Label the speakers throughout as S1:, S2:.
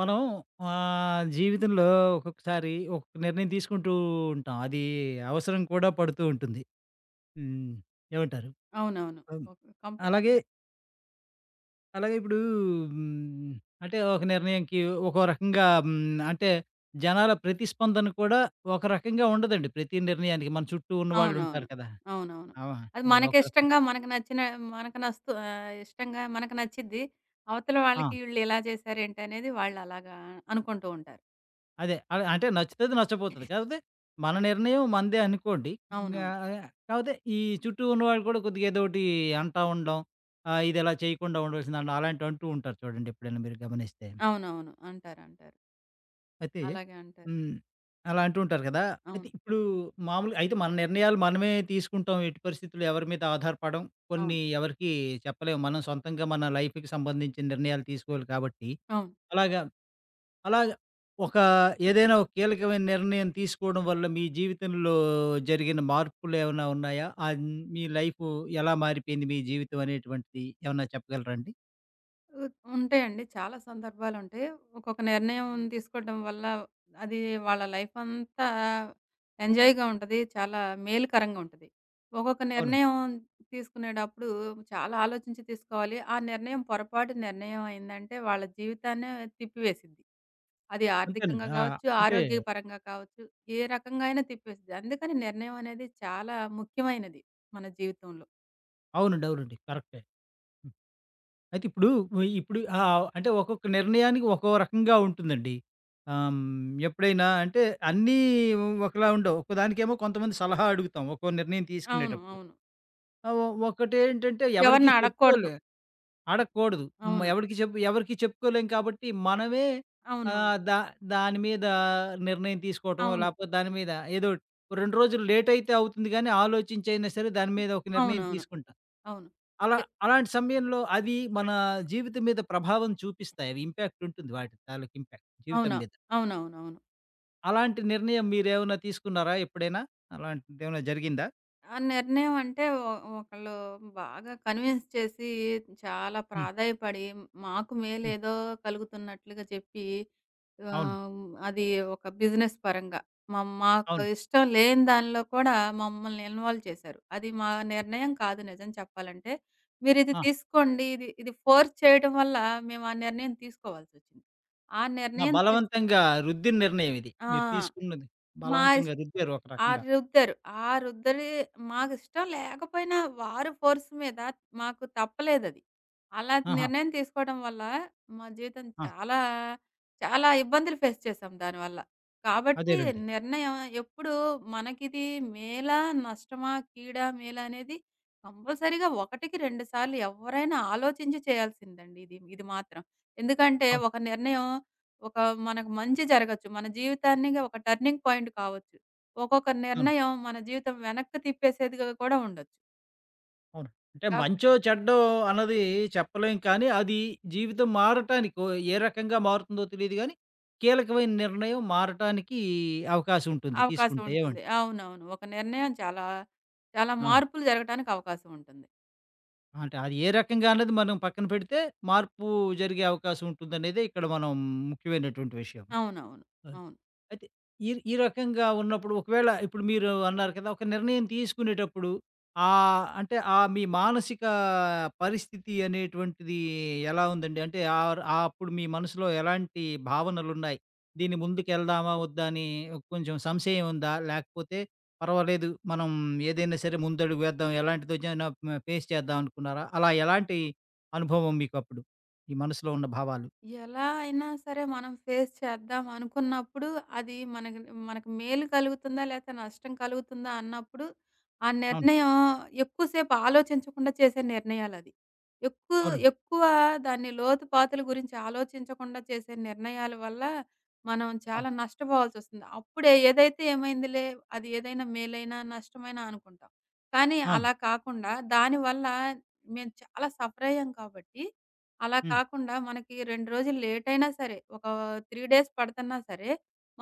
S1: మనం జీవితంలో ఒక్కొక్కసారి ఒక్కొక్క నిర్ణయం తీసుకుంటూ ఉంటాం. అది అవసరం కూడా పడుతూ ఉంటుంది. హ్మ్. ఏమంటారు?
S2: అవునవును.
S1: హ్మ్.
S2: ఓకే.
S1: అలాగే,
S2: కంపల్సరీగా.
S1: అలాగే, ఇప్పుడు హ్మ్, అంటే ఒక నిర్ణయంకి ఒక్కో రకంగా అంటే జనాల ప్రతిస్పందన కూడా ఒక రకంగా ఉండదండి. ప్రతి నిర్ణయానికి మన చుట్టూ ఉన్నవాళ్ళుంటారు
S2: అవునవును.
S1: కదా!
S2: అవునవును.
S1: ఆ!
S2: అది
S1: ఈ ఒక రక
S2: మనకిష్టంగా, మనకు నచ్చిన మనకు నస్తు ఇష్టంగా మనకు నచ్చిద్ది. అవతల
S1: ఆ!
S2: వాళ్ళకి ఈళ్ళు ఇలా చేశారేంటి అనేది వాళ్ళు అలాగా అనుకుంటూ ఉంటారు.
S1: అదే. అలా అంటే నచ్చుతది, నచ్చపోతది. కాకపోతే మన నిర్ణయం మనదే అనుకోండి. ఇంగా
S2: అవునవును.
S1: కాపోతే ఈ చుట్టూ ఉన్నవాళ్ళు కూడా కొద్దిగా ఏదోకటి అంటా ఉండడం, ఇదిలా చేయకుండా ఉండవలసిందండం అలాంటివి అంటూ ఉంటారు చూడండి ఎప్పుడైనా మీరు గమనిస్తే.
S2: అవునవును. అంటారు. అంటారు.
S1: అయితే
S2: అలాగే అంటారు.
S1: హ్మ్. అలా అంటూ ఉంటారు కదా! అయితే
S2: అవును.
S1: ఇప్పుడు మామూలుగా అయితే మన నిర్ణయాలు మనమే తీసుకుంటాం. ఎట్టి పరిస్థితుల్లో ఎవరి మీద ఆధారపడం. కొన్ని
S2: అవును.
S1: ఎవరికీ చెప్పలేము. మనం సొంతంగా మన లైఫ్‌కి సంబంధించిన నిర్ణయాలు తీసుకోవాలి కాబట్టి
S2: అవును.
S1: అలాగా అలా ఒక ఏదైనా ఒక కీలకమైన నిర్ణయం తీసుకోవడం వల్ల మీ జీవితంలో జరిగిన మార్పులేవన్నా ఉన్నాయా? మీ లైఫు ఎలా మారిపోయింది మీ జీవితం అనేటువంటిది ఏమన్నా చెప్పగలరా అండి?
S2: ఉ ఉంటాయండి. చాలా సందర్భాలుంటాయి. ఒక్కొక్క నిర్ణయం తీసుకోవడం వల్ల అది వాళ్ళ లైఫ్ అంతా ఎంజాయ్‌గా ఉంటది. చాలా మేలుకరంగా ఉంటది. ఒక్కొక్క
S1: అవునండి.
S2: నిర్ణయం తీసుకునేటప్పుడు చాలా ఆలోచించి తీసుకోవాలి. ఆ నిర్ణయం పొరపాటు నిర్ణయం అయిందంటే వాళ్ళ జీవితాన్నే తిప్పివేసిద్ది. అది
S1: అంతేనండి.
S2: ఆర్థికంగా
S1: ఆ!
S2: కావచ్చు,
S1: అంటే
S2: ఆరోగ్యపరంగా కావచ్చు, ఏ రకంగా అయినా తిప్పేసిద్ది. అందుకని నిర్ణయం అనేది చాలా ముఖ్యమైనది మన జీవితంలో.
S1: అవునండి. అవునండి. కరెక్టే. హ్మ్. అయితే ఇప్పుడు, ఇప్పుడు అంటే ఒక్కొక్క నిర్ణయానికి ఒక్కో రకంగా ఉంటుందండి. ఆహ్, హ్మ్, ఎప్పుడైనా అంటే అన్నీ ఒకలా ఉండవు. ఒక్కదానికేమో కొంతమంది సలహా అడుగుతాం. ఒక్కో నిర్ణయం
S2: అవును.
S1: తీసుకునేటప్పుడు.
S2: అవును.
S1: ఒకటేంటంటే ఎవరికీ
S2: ఎవరిని అడగకూడదు.
S1: చెప్పుకోలే అడగకూడదు. హ్మ్.
S2: అవును.
S1: ఎవడికి చెప్పు ఎవరికీ చెప్పుకోలేం కాబట్టి మనమే
S2: అవునవును.
S1: ఆహ్, దా దాని మీద నిర్ణయం తీసుకోవటమో,
S2: అవును.
S1: లేకపోతే దాని మీద ఏదోటి. ఓ 2 రోజులు లేట్ అయితే అవుతుంది గానీ, ఆలోచించైనా సరే దాని మీద ఒక నిర్ణయం
S2: అవునవును.
S1: తీసుకుంటా.
S2: అవును.
S1: అలా
S2: ఎ
S1: అలాంటి సమయంలో అవి మన జీవితం మీద ప్రభావం చూపిస్తాయి. అవి ఇంపాక్ట్ ఉంటుంది. వాటి తాలూకు ఇంపాక్ట్ జీవితం
S2: అవును.
S1: మీద.
S2: అవునవునవును.
S1: అలాంటి నిర్ణయం మీరేమన్నా తీసుకున్నారా ఎప్పుడైనా? అలాంటిదేమన్నా జరిగిందా?
S2: ఆ నిర్ణయం అంటే ఒకళ్ళు బాగా కన్విన్స్ చేసి చాలా
S1: హ్మ్.
S2: ప్రాధాయపడి మాకు
S1: హ్మ్.
S2: మేలేదో కలుగుతున్నట్లుగా చెప్పి
S1: అవును.
S2: ఆహ్, అది ఒక బిజినెస్ పరంగా మాకు
S1: అవును.
S2: ఇష్టం లేని దానిలో కూడా మమ్మల్ని ఇన్వాల్వ్ చేశారు. అది మా నిర్ణయం కాదు నిజం చెప్పాలంటే. మీరిది
S1: ఆ!
S2: తీసుకోండి. ఇది ఇది ఫోర్స్ చేయడం వల్ల మేము ఆ నిర్ణయం తీసుకోవాల్సొచ్చింది. ఆ
S1: ఆ!
S2: నిర్ణయం తీస్
S1: బలవంతంగా రుద్దిన నిర్ణయం ఇది.
S2: ఆ!
S1: మీరు తీసుకున్నది
S2: మా ఇస్
S1: బలవంతంగా రుద్దారు ఒక రకంగా.
S2: ఆరు రుద్దారు. ఆ రుద్దలి మాకిష్టం లేకపోయినా వారు ఫోర్స్ మీద మాకు తప్పలేదది. అలా
S1: ఆహా!
S2: నిర్ణయం తీసుకోవడం వల్ల మా జీవితం
S1: ఆ!
S2: చాలా, చాలా ఇబ్బందులు ఫేస్ చేశాం దానివల్ల. కాబట్టి
S1: అదేలెండి.
S2: నిర్ణయం ఎప్పుడు మనకిది మేలా, నష్టమా, కీడా, మేలా అనేది కంపల్సరీగా ఒకటికి 2 సార్లు ఎవరైనా ఆలోచించి చేయాల్సిందండి ఇది. ఇది మాత్రం. ఎందుకంటే
S1: అవును.
S2: ఒక నిర్ణయం ఒక మనకు మంచి జరగొచ్చు. మన జీవితాన్నిగా ఒక టర్నింగ్ పాయింట్ కావచ్చు. ఒక్కొక్క
S1: అవును.
S2: నిర్ణయం మన జీవితం వెనక్కి తిప్పేసేదిగా కూడా ఉండొచ్చు.
S1: అవును. అంటే
S2: ఆవ్
S1: మంచో, చెడ్డో అన్నది చెప్పలేం కానీ, అది జీవితం మారటానికి ఓ ఏ రకంగా మారుతుందో తెలీదు గానీ, కీలకమైన నిర్ణయం మారటానికి అవకాశం ఉంటుంది
S2: అవకాశం
S1: తీసుకుంటే. ఏవండి?
S2: ఉంటుంది. అవునవును. ఒక నిర్ణయం చాలా, చాలా
S1: అవును.
S2: మార్పులు జరగటానికి అవకాశం ఉంటుంది.
S1: అంటే అది ఏ రకంగా అన్నది మనం పక్కన పెడితే, మార్పు జరిగే అవకాశం ఉంటుందనేదే ఇక్కడ మనం ముఖ్యమైనటువంటి విషయం.
S2: అవునవును.
S1: ఆ!
S2: అవును.
S1: అయితే ఈ ఈ రకంగా ఉన్నప్పుడు ఒకవేళ ఇప్పుడు మీరు అన్నారు కదా! ఒక నిర్ణయం తీసుకునేటప్పుడు అంటే మీ మానసిక పరిస్థితి అనేటువంటిది ఎలా ఉందండి? అంటే అప్పుడు మీ మనసులో ఎలాంటి భావనలున్నాయి? దీని ముందుకెళ్దామా? వద్దా? అని కొంచెం సంశయం ఉందా? లేకపోతే పర్వాలేదు మనం ఏదైనా సరే ముందడుగు వేద్దాం. ఎలాంటిదొచ్చినా ఫేస్ చేద్దాం అనుకున్నారా? అలా ఎలాంటి అనుభవం మీకప్పుడు? ఈ మనసులో ఉన్న భావాలు?
S2: ఎలా అయినా సరే మనం ఫేస్ చేద్దాం అనుకున్నప్పుడు, అది మనకి మనకు మేలు కలుగుతుందా? లేతే నష్టం కలుగుతుందా? అన్నప్పుడు, ఆ
S1: అవును.
S2: నిర్ణయం ఎక్కువ సేపు ఆలోచించకుండా చేసే నిర్ణయాలది. ఎక్కువ
S1: అవునండి.
S2: ఎక్కువ దాన్ని లోతుపాతుల గురించి ఆలోచించకుండా చేసే నిర్ణయాల వల్ల, మనం
S1: అవును.
S2: చాలా నష్టపోవాల్సొస్తుంది. అప్పుడే ఏదైతే ఏమైందిలే, అది ఏదైనా మేలైనా, నష్టమైనా అనుకుంటాం. కానీ
S1: అవును.
S2: అలా కాకుండా, దానివల్ల మేము చాలా సఫరయ్యాం కాబట్టి అలా
S1: హ్మ్.
S2: కాకుండా మనకి 2 రోజులు లేట్ అయినా సరే, ఒక 3 డేస్ పడతన్నా సరే,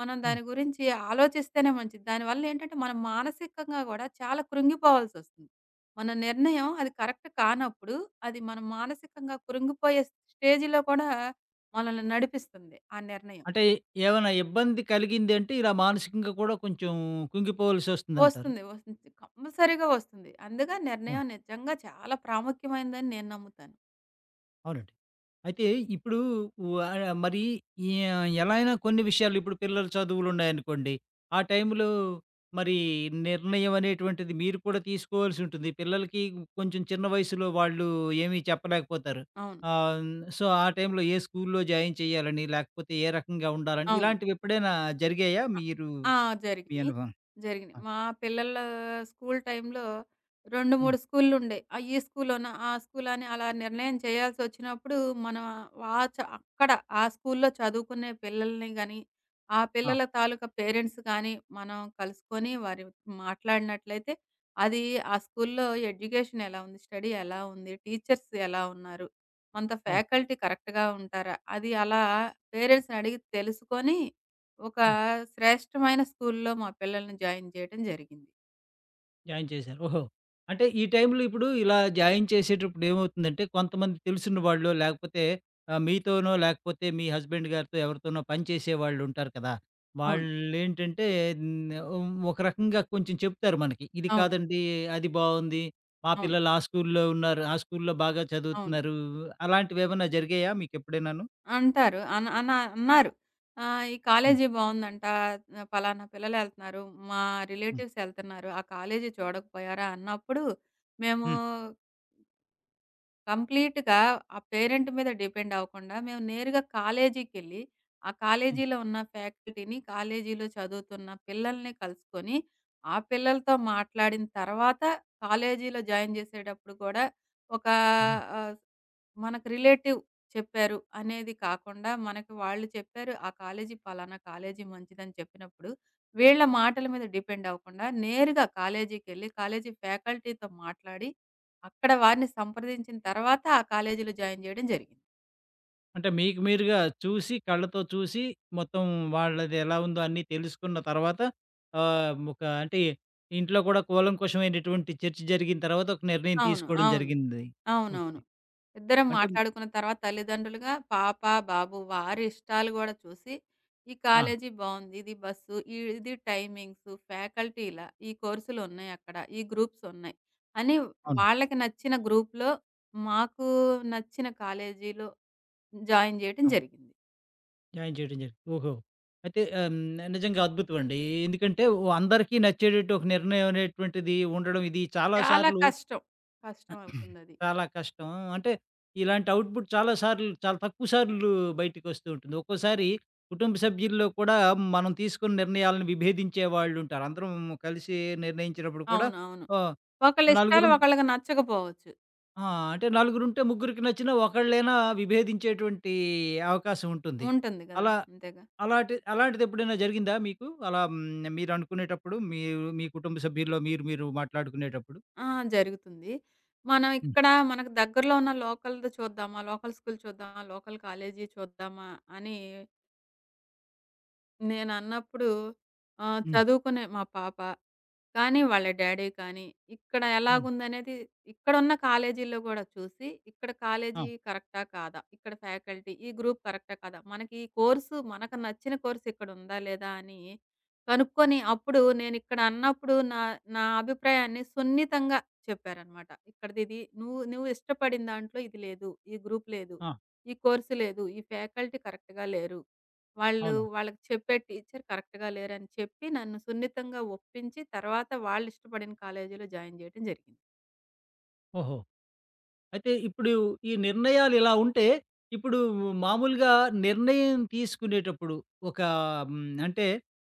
S2: మనం
S1: హ్మ్.
S2: దాని గురించి ఆలోచిస్తేనే మంచిది. దానివల్ల ఏంటంటే, మనం మానసికంగా గూడా చాలా కృంగిపోవాల్సొస్తుంది. మన నిర్ణయం అది కరెక్ట్ కానప్పుడు, అది మనం మానసికంగా కృంగిపోయే స్టేజ్‌లో కూడా మనల్ని నడిపిస్తుంది ఆ నిర్ణయం.
S1: అంటే ఏమైనా ఇబ్బంది కలిగింది అంటే ఇలా మానసికంగా కూడా కొంచెం కుంగిపోవలసి వస్తుందంటారు.
S2: వస్తుంది. వస్తుంది. కంపల్సరీగా వస్తుంది. అందుగా
S1: అవును.
S2: నిర్ణయం నిజంగా చాలా ప్రాముఖ్యమైనదని నేను నమ్ముతాను.
S1: అవునండి. అయితే ఇప్పుడు వా మరి ఈ ఎలా అయినా కొన్ని విషయాలు ఇప్పుడు పిల్లల చదువులున్నాయనుకోండి. ఆ టైంలో మరి నిర్ణయం అనేటువంటిది మీరు కూడా తీసుకోవాల్సి ఉంటుంది. పిల్లలకి కొంచెం చిన్న వయసులో వాళ్ళు ఏమీ చెప్పలేకపోతారు.
S2: అవును.
S1: ఆహ్, హ్మ్. సో, ఆ టైంలో ఏ స్కూల్లో జాయిన్ చేయాలని, లేకపోతే ఏ రకంగా ఉండాలని
S2: అవును.
S1: ఇలాంటివి ఎప్పుడైనా జరిగాయా?
S2: అ
S1: మీరు
S2: ఆ!
S1: మీ
S2: జరిగినియి.
S1: అనుభవం?
S2: జరిగినియి.
S1: ఆ!
S2: మా పిల్లల స్కూల్ టైమ్‌లో 2,
S1: హ్మ్.
S2: 3 స్కూల్లుండేయి. ఈ స్కూలోనా, ఆ స్కూలా అని అలా నిర్ణయం చేయాల్సొచ్చినప్పుడు, మనం వా చ అక్కడ ఆ స్కూల్లో చదువుకునే పిల్లల్ని గాని, ఆ
S1: ఆ!
S2: పిల్లల తాలూకా పేరెంట్స్ గాని, మనం కలుసుకొని వారి మాట్లాడినట్లయితే, అది ఆ స్కూల్లో ఎడ్యుకేషన్ ఎలా ఉంది? స్టడీ ఎలా ఉంది? టీచర్స్ ఎలా ఉన్నారు? మనతో
S1: అవును.
S2: ఫ్యాకల్టీ కరెక్ట్‌గా ఉంటారా? అది అలా పేరెంట్స్‌ని అడిగి తెలుసుకొని ఒక
S1: హ్మ్.
S2: శ్రేష్టమైన స్కూల్‌లో మా పిల్లల్ని జాయిన్ చేయడం జరిగింది.
S1: జాయిన్ చేశారు. ఓహో! అంటే ఈ టైంలో ఇప్పుడు ఇలా జాయిన్ చేసేటప్పుడు ఏమవుతుందంటే, కొంతమంది తెలిసిన వాళ్ళో లేకపోతే మీతోనో లేకపోతే మీ హస్బెండ్ గారితో ఎవరితోనో పనిచేసేవాళ్ళు ఉంటారు కదా!
S2: అవును.
S1: వాళ్ళేంటంటే ఒక రకంగా కొంచెం చెప్తారు మనకి. ఇది
S2: అవును.
S1: కాదండి, అది బావుంది. మా
S2: అవును.
S1: పిల్లలు ఆ స్కూల్‌లో ఉన్నారు. ఆ స్కూల్‌లో బాగా
S2: అవును.
S1: చదువుతున్నారు. అలాంటివేమన్నా జరిగాయా మీకెప్పుడైనాను?
S2: అంటారు. అన అన అన్నారు. "ఈ
S1: హ్మ్.
S2: కాలేజీ బావుందంట. పలానా పిల్లలెళ్తున్నారు. మా
S1: హ్మ్.
S2: రిలేటివ్స్ ఎళ్తున్నారు. ఆ కాలేజీ చూడకపోయారా?" అన్నప్పుడు, మేము
S1: హ్మ్.
S2: కంప్లీట్‌గా ఆ పేరెంట్ మీద డిపెండ్ అవ్వకుండా మేము నేరుగా కాలేజీకెళ్ళి, ఆ కాలేజీలో ఉన్న ఫ్యాకల్టీని, కాలేజీలో చదువుతున్న పిల్లల్ని కలుసుకొని, ఆ పిల్లలతో మాట్లాడిన తర్వాత కాలేజీలో జాయిన్ చేసేటప్పుడు కూడా ఒక
S1: హ్మ్.
S2: ఆహ్, మనకు రిలేటివ్ చెప్పారు అనేది కాకుండా, మనకు వాళ్ళు చెప్పారు ఆ కాలేజీ పలానా కాలేజీ మంచిదని చెప్పినప్పుడు, వీళ్ళ మాటల మీద డిపెండ్ అవ్వకుండా నేరుగా కాలేజీకెళ్ళి, కాలేజీ ఫ్యాకల్టీతో మాట్లాడి అక్కడ వారిని సంప్రదించిన తర్వాత ఆ కాలేజీలో జాయిన్ జేయడం జరిగింది.
S1: అంటే మీకు మీరుగా చూసి, కళ్ళతో చూసి, మొత్తం వాళ్ళది ఎలా ఉందో అన్నీ తెలుసుకున్న తర్వాత ఒక అంటే ఇంట్లో కూడా కూలంకషమైనటువంటి చర్చ జరిగిన తర్వాత ఒక నిర్ణయం
S2: అవును.
S1: తీసుకోవడం
S2: అవును.
S1: జరిగింది. ఓకే.
S2: అవునవును. ఇద్దరం
S1: అంటే
S2: మాట్లాడుకున్న తర్వాత తల్లిదండ్రులుగా పాప, బాబు వారి ఇష్టాలు గూడా చూసి, ఈ
S1: ఆ!
S2: కాలేజీ బావుంది. ఇది బస్సు, ఇది టైమింగ్స్, ఫ్యాకల్టీ ఇలా, ఈ కోర్సులున్నాయి అక్కడ, ఈ గ్రూప్స్ ఉన్నాయి అని
S1: అవును.
S2: వాళ్ళకి నచ్చిన గ్రూప్‌లో మాకు నచ్చిన కాలేజీలో జాయిన్ జేయటం
S1: అవును.
S2: జరిగింది.
S1: జాయిన్ చేయడం జరిగింది. ఓహో! అయితే నిజంగా అద్భుతమండి. ఎందుకంటే, ఓ అందరికీ నచ్చేటట్టు ఒక నిర్ణయం అనేటువంటిది ఉండడం, ఇది చాలా
S2: చాలా
S1: సార్లు
S2: కష్టం.
S1: ఆ!
S2: కష్టం అవుతుందది.
S1: చాలా కష్టం. అంటే ఇలాంటి ఔట్‌పుట్ చాలా సార్లు చాలా తక్కువ సార్లు బయటికొస్తూ ఉంటుంది. ఒక్కోసారి కుటుంబ సభ్యుల్లో కూడా మనం తీసుకున్న నిర్ణయాలను విభేదించే వాళ్ళుంటారు. అందరం కలిసి నిర్ణయించినప్పుడు కూడా
S2: అవునవును.
S1: ఆహ్,
S2: ఒకళ్ళ ఇష్టాలు
S1: నలుగురు
S2: ఒకళ్ళకి నచ్చకపోవచ్చు.
S1: ఆ! అంటే నలుగురుంటే ముగ్గురికి నచ్చినా ఒకళ్ళైనా విభేదించేటువంటి అవకాశం ఉంటుంది.
S2: ఉంటుంది గదా!
S1: అలా
S2: అంతేగా.
S1: అలాంటిదెప్పుడైనా జరిగిందా మీకు? అలా హ్మ్. మీరనుకునేటప్పుడు మీరు మీ కుటుంబ సభ్యుల్లో మీరు మీరు మాట్లాడుకునేటప్పుడు?
S2: ఆ! జరుగుతుంది. మనం
S1: హ్మ్.
S2: ఇక్కడ మనకు దగ్గరలో ఉన్న లోకల్‌ది చూద్దామా, లోకల్ స్కూల్ చూద్దామా, లోకల్ కాలేజీ చూద్దామా అని నేనన్నప్పుడు
S1: హ్మ్.
S2: చదువుకునే మా పాప కానీ వాళ్ళ డ్యాడీ కానీ, ఇక్కడ
S1: అవును.
S2: ఎలాగుందనేది ఇక్కడున్న కాలేజీల్లో గూడా చూసి, ఇక్కడ
S1: ఆ!
S2: కాలేజీ కరెక్టా? కాదా? ఇక్కడ ఫ్యాకల్టీ, ఈ గ్రూప్ కరెక్టా? కాదా? మనకి ఈ కోర్సు మనకు నచ్చిన కోర్స్ ఇక్కడుందా? లేదా? అని కనుక్కొని, అప్పుడు నేనిక్కడ అన్నప్పుడు నా నా అభిప్రాయాన్ని సున్నితంగా చెప్పారనమాట. ఇక్కడిదిది నువ్వు నువ్వు ఇష్టపడిన దాంట్లో ఇది లేదు. ఈ గ్రూప్ లేదు.
S1: ఆ!
S2: ఈ కోర్స్ లేదు. ఈ ఫ్యాకల్టీ కరెక్ట్‌గా లేరు. వాళ్ళు
S1: అవును.
S2: వాళ్ళకి చెప్పే టీచర్ కరెక్ట్‌గా లేరని చెప్పి, నన్ను సున్నితంగా ఒప్పించి, తర్వాత వాళ్ళిష్టపడిన కాలేజీలో జాయిన్ చేయడం జరిగింది.
S1: ఓహో! అయితే ఇప్పుడు ఈ నిర్ణయాలు ఇలా ఉంటే, ఇప్పుడు మామూలుగా నిర్ణయం తీసుకునేటప్పుడు ఒక అంటే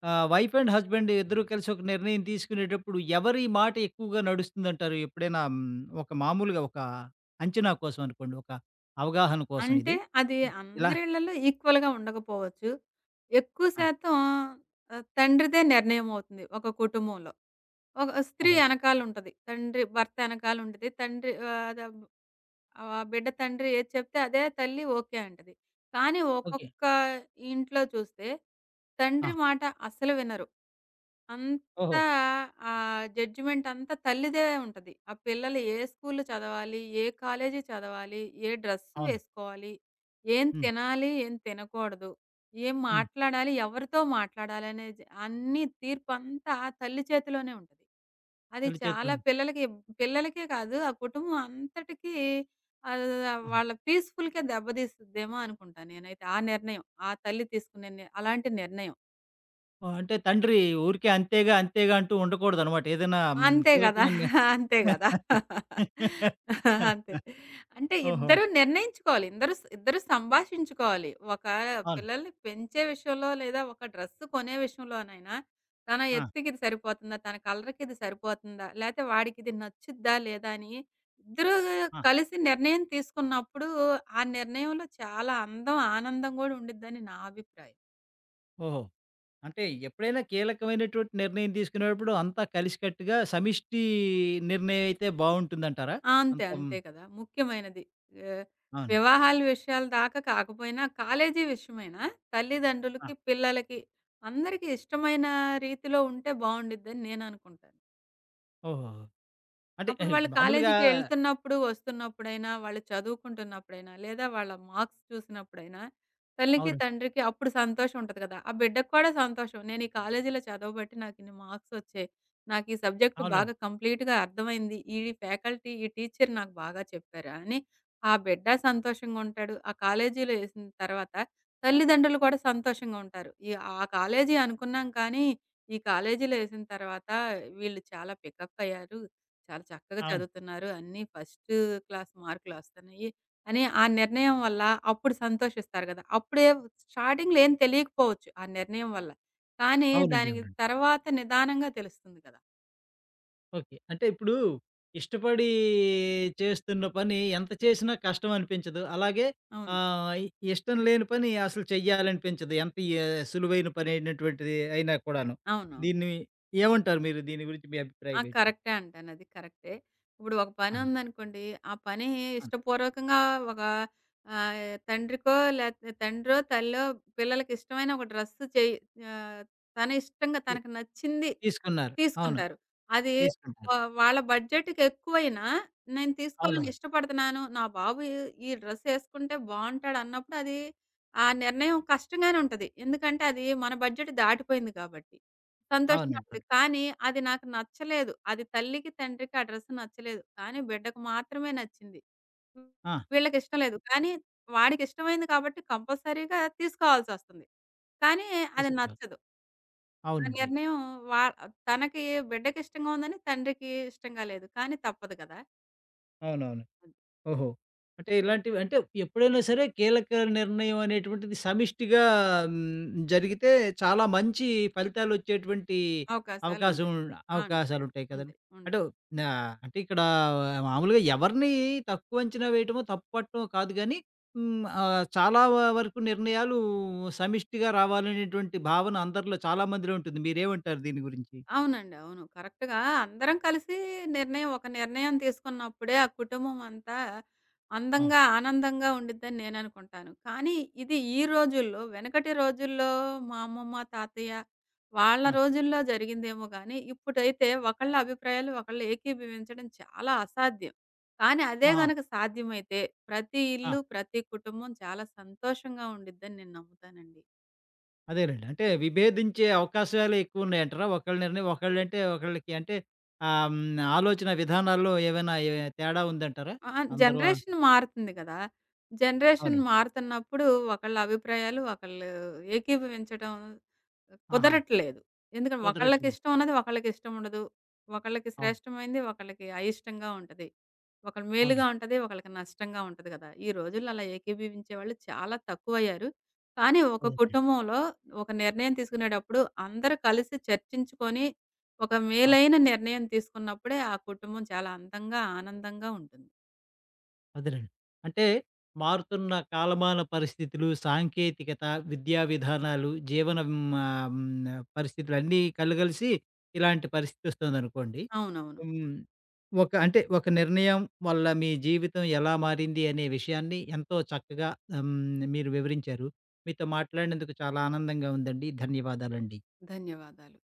S1: వైఫ్ అండ్ హస్బెండ్ ఇద్దరూ కలిసి ఒక నిర్ణయం తీసుకునేటప్పుడు ఎవరి మాట ఎక్కువగా నడుస్తుందంటారు? ఎప్పుడైనా ఒక మామూలుగా ఒక అంచనా కోసం అనుకోండి. ఒక అవగాహన కోసం
S2: అంటే
S1: ఇది.
S2: అది
S1: హ్మ్. ఇలా
S2: అందరిళ్ళలో ఈక్వల్‌గా ఉండకపోవచ్చు. ఎక్కువ
S1: ఆ!
S2: శాతం తండ్రిదే నిర్ణయం అవుతుంది ఒక కుటుంబంలో. ఒక స్త్రీ
S1: ఓహో!
S2: ఎనకాలుంటది. తండ్రి భర్త ఎనకాలుంటది. తండ్రి ఆహ్, అద ఆ బిడ్డ తండ్రి ఏది చెప్తే అదే తల్లి ఓకే అంటది. కానీ
S1: ఓకే.
S2: ఒక్కొక్క ఇంట్లో చూస్తే
S1: ఆ!
S2: తండ్రి మాట అస్సలు వినరు.
S1: ఓహో!
S2: అంతా జడ్జిమెంట్ అంతా తల్లిదే ఉంటది. ఆ పిల్లలు ఏ స్కూల్ చదవాలి? ఏ కాలేజీ చదవాలి? ఏ డ్రెస్
S1: అవును.
S2: వేసుకోవాలి? ఏం
S1: హ్మ్.
S2: తినాలి? ఏం తినకూడదు? ఏం
S1: హ్మ్.
S2: మాట్లాడాలి, ఎవరితో మాట్లాడాలనే అన్ని తీర్పంతా ఆ తల్లి చేతిలోనే ఉంటది. అది
S1: తల్లి చేతిలో
S2: చాలా పిల్లలకే కాదు, ఆ కుటుంబం అంతటికి ఆహ్,
S1: ఆహా!
S2: వాళ్ళ పీస్‌ఫుల్‌కే దెబ్బతీస్తదేమో అనుకుంటా నేనైతే. ఆ నిర్ణయం, ఆ తల్లి తీసుకునే అలాంటి నిర్ణయం.
S1: ఓహ్! అంటే తండ్రి ఊరికే అంతేగా, అంతేగా అంటూ ఉండకూడదనమాట. ఏదైనా
S2: అంతే గదా!
S1: కీలకమైన
S2: అంతే గదా! అంతే. అంటే
S1: ఓహో!
S2: ఇద్దరు నిర్ణయించుకోవాలి. ఇందరు స్ ఇద్దరు సంభాషించుకోవాలి. ఒక
S1: అవును.
S2: పిల్లల్ని పెంచే విషయంలో లేదా ఒక డ్రెస్ కొనే విషయంలోనైనా తన
S1: ఆ!
S2: ఎత్తుకి ఇది సరిపోతుందా? తన కలర్‌కి ఇది సరిపోతుందా? లేతే వాడికిది నచ్చుద్దా? లేదా? అని ఇద్దరు
S1: ఆ!
S2: కలిసి నిర్ణయం తీసుకున్నప్పుడు ఆ నిర్ణయంలో చాలా అందం, ఆనందం గూడా ఉండిద్దని నా అభిప్రాయం.
S1: ఓహో! అంటే ఎప్పుడైనా కీలకమైనటువంటి నిర్ణయం తీసుకునేటప్పుడు అంతా కలిసికట్టుగా సమిష్టి నిర్ణయం అయితే బావుంటుందంటారా?
S2: ఆ! అంతే.
S1: అంత హ్మ్.
S2: అంతే కదా! ముఖ్యమైనది. ఆహ్,
S1: అవును.
S2: వివాహాల విషయాల దాకా కాకపోయినా, కాలేజీ విషయమైనా
S1: ఆ!
S2: తల్లిదండ్రులకి, పిల్లలకి అందరికీ ఇష్టమైన రీతిలో ఉంటే బావుండిద్దని నేననుకుంటాను.
S1: ఓహోహో! అంటే ఏ,
S2: అప్పుడు వాళ్ళు
S1: మామూలుగా
S2: కాలేజీకి ఎళ్తున్నప్పుడు, వస్తున్నప్పుడైనా, వాళ్ళు చదువుకుంటున్నప్పుడైనా, లేదా వాళ్ళ మార్క్స్ చూసినప్పుడైనా, తల్లికి,
S1: అవును.
S2: తండ్రికి అప్పుడు సంతోషం ఉంటది కదా! ఆ బిడ్డకి కూడా సంతోషం. నేను ఈ కాలేజీలో చదవబట్టి నాకిన్ని మార్క్స్ వచ్చాయి. నాకు ఈ సబ్జెక్ట్
S1: అవునండి.
S2: బాగా కంప్లీట్‌గా అర్థమైంది. ఈ ఫ్యాకల్టీ, ఈ టీచర్ నాకు బాగా చెప్పారా అని ఆ బిడ్డ సంతోషంగా ఉంటాడు. ఆ కాలేజీలో ఏసిన తర్వాత తల్లిదండ్రులు కూడా సంతోషంగా ఉంటారు. ఆ కాలేజీ అనుకున్నాం కానీ, ఈ కాలేజీలో ఏసిన తర్వాత వీళ్ళు చాలా పికప్ అయ్యారు. చాలా చక్కగా
S1: అవును.
S2: చదువుతున్నారు. అన్నీ ఫస్ట్ క్లాస్ మార్కులొస్తున్నాయి అని ఆ నిర్ణయం వల్ల అప్పుడు సంతోషిస్తారు గదా! అప్పుడే స్టార్టింగ్‌లో ఏం తెలియకపోవచ్చు ఆ నిర్ణయం వల్ల. కానీ
S1: అవునండి.
S2: దానికి
S1: అవునండి.
S2: తర్వాత నిదానంగా తెలుస్తుంది కదా!
S1: ఓకే. అంటే ఇప్పుడు ఇష్టపడి చేస్తున్న పని ఎంత చేసినా కష్టం అనిపించదు. అలాగే
S2: అవును.
S1: ఆహ్, ఇష్టం లేని పని అసలు చెయ్యాలనిపించదు. ఎంత ఏ సులువైన పనైనటువంటిది అయినా కూడాను.
S2: అవునవును.
S1: దీన్ని ఏమంటారు మీరు? దీని గురించి మీ
S2: ఆ!
S1: అభిప్రాయం ఏంటి?
S2: కరెక్టే అంటానది కరెక్టే. ఇప్పుడు ఒక పని
S1: ఆహా!
S2: ఉందనుకోండి, ఆ పని
S1: ఆ!
S2: ఇష్టపూర్వకంగా ఒక ఆహ్, తండ్రికో లేతే తండ్రో, తల్లో పిల్లలకి ఇష్టమైన ఒక డ్రెస్ చేయి ఆహ్, తన ఇష్టంగా
S1: తి
S2: తనకు నచ్చింది
S1: తీసుకున్నారు. అవును.
S2: తీసుకుంటారు. అది
S1: తీసుకుంటారు.
S2: వాళ్ళ బడ్జెట్‌కి ఎక్కువైనా నేను తీసుకోవాలని
S1: అవునవును.
S2: ఇష్టపడుతున్నాను. నా బాబు ఈ ఈ డ్రెస్ ఏసుకుంటే బావుంటాడు అన్నప్పుడు అది ఆ నిర్ణయం కష్టంగానే ఉంటది. ఎందుకంటే అది మన బడ్జెట్ దాటిపోయింది కాబట్టి. సంతోషంగా
S1: అవునండి.
S2: ఉంటది.
S1: అవును.
S2: కానీ అది నాకు నచ్చలేదు. అది తల్లికి, తండ్రికి ఆ డ్రెస్ నచ్చలేదు. కానీ బిడ్డకు మాత్రమే నచ్చింది.
S1: ఆ!
S2: వీళ్ళకిష్టం లేదు. కానీ వాడికిష్టమైంది కాబట్టి కంపల్సరీగా తీసుకోవాల్సొస్తుంది. కానీ అది
S1: తీసుకున్నారు.
S2: నచ్చదు. ఆ
S1: అవునండి.
S2: నిర్ణయం వా తనకి బిడ్డకిష్టంగా ఉందని తండ్రికి ఇష్టంగా లేదు. కానీ తప్పదు కదా!
S1: అవునవును. ఓహో! అంటే ఇలాంటివి అంటే ఎప్పుడైనా సరే కీలక నిర్ణయం అనేటువంటిది సమిష్టిగా జరిగితే చాలా మంచి ఫలితాలొచ్చేటువంటి అవకాశం
S2: అవకాశాలుంటాయి. అవును.
S1: అవకాశాలుంటాయి కదండీ.
S2: ఉంటాయి.
S1: అంటే
S2: ఉంటాయి.
S1: నా అంటే ఇక్కడ మామూలుగా ఎవరిని తక్కువ అంచనా వేయటమో, తప్పు పట్టటమో కాదు గానీ చాలా వరకు నిర్ణయాలు సమిష్టిగా రావాలనేటువంటి భావన అందరిలో చాలా మందిలో ఉంటుంది. మీరేమంటారు దీని గురించి?
S2: అవునండి. అవును. కరెక్ట్‌గా అందరం కలిసి ఒక నిర్ణయం తీసుకున్నప్పుడే ఆ కుటుంబం అంతా
S1: అవును.
S2: అందంగా, ఆనందంగా ఉండిద్దని నేననుకుంటాను. కానీ ఇది ఈ రోజుల్లో వెనకటి రోజుల్లో మా అమ్మమ్మ, తాతయ్య వాళ్ళ
S1: ఆ!
S2: రోజుల్లో జరిగిందేమో గానీ, ఇప్పుడైతే ఒకళ్ళ అభిప్రాయాలు ఒకళ్ళు ఏకీభవించడం చాలా అసాధ్యం. కానీ అదే
S1: ఆహా!
S2: గనక సాధ్యమైతే ప్రతి
S1: ఆ!
S2: ఇల్లు, ప్రతి కుటుంబం చాలా సంతోషంగా ఉండిద్దని నేను నమ్ముతానండి.
S1: అదేనండి. అంటే విభేదించే అవకాశాలు ఎక్కువున్నాయంటారా? ఒకళ్ళ నిర్ణయం ఒకళ్ళంటే ఒకళ్ళకి అంటే ఆహ్, హ్మ్. ఆలోచన విధానాల్లో ఏవైనా ఏ తేడా ఉందంటారా?
S2: ఆ!
S1: అందరూ ఆ-
S2: జనరేషన్ మారుతుంది గదా! జనరేషన్
S1: అవునండి.
S2: మారుతున్నప్పుడు ఒకళ్ళ అభిప్రాయాలు ఒకళ్ళు ఏకీభవించడం
S1: ఆహా!
S2: కుదరట్లేదు. ఎందుకంటే ఒకళ్ళకి
S1: కుదరట్లేదు.
S2: ఇష్టం ఉన్నది ఒకళ్ళకి ఇష్టం ఉండదు. ఒకళ్ళకి
S1: అవును.
S2: శ్రేష్టమైంది ఒకళ్ళకి అయిష్టంగా ఉంటది. ఒకళ్ళ
S1: అవును.
S2: మేలుగా ఉంటది. ఒకళ్ళకి నష్టంగా ఉంటది గదా! ఈ రోజుల్లో అలా ఏకీభవించే వాళ్ళు చాలా తక్కువయ్యారు. కానీ ఒక
S1: అదేలెండి.
S2: కుటుంబంలో ఒక నిర్ణయం తీసుకునేటప్పుడు అందరూ కలిసి చర్చించుకొని ఒక
S1: ఆ!
S2: మేలైన నిర్ణయం తీసుకున్నప్పుడే ఆ కుటుంబం చాలా అందంగా, ఆనందంగా ఉంటుంది.
S1: అదేనండి. అంటే మారుతున్న కాలమాన పరిస్థితులు, సాంకేతికత, విద్యా విధానాలు, జీవన పరిస్థితులు అన్నీ కలగలిసి ఇలాంటి పరిస్థితొస్తోందనుకోండి.
S2: అవునవును.
S1: హ్మ్. ఒక అంటే ఒక నిర్ణయం వల్ల మీ జీవితం ఎలా మారింది అనే విషయాన్ని ఎంతో చక్కగా హ్మ్. మీరు వివరించారు. మీతో మాట్లాడినందుకు చాలా ఆనందంగా ఉందండి. ధన్యవాదాలండి.
S2: ధన్యవాదాలు.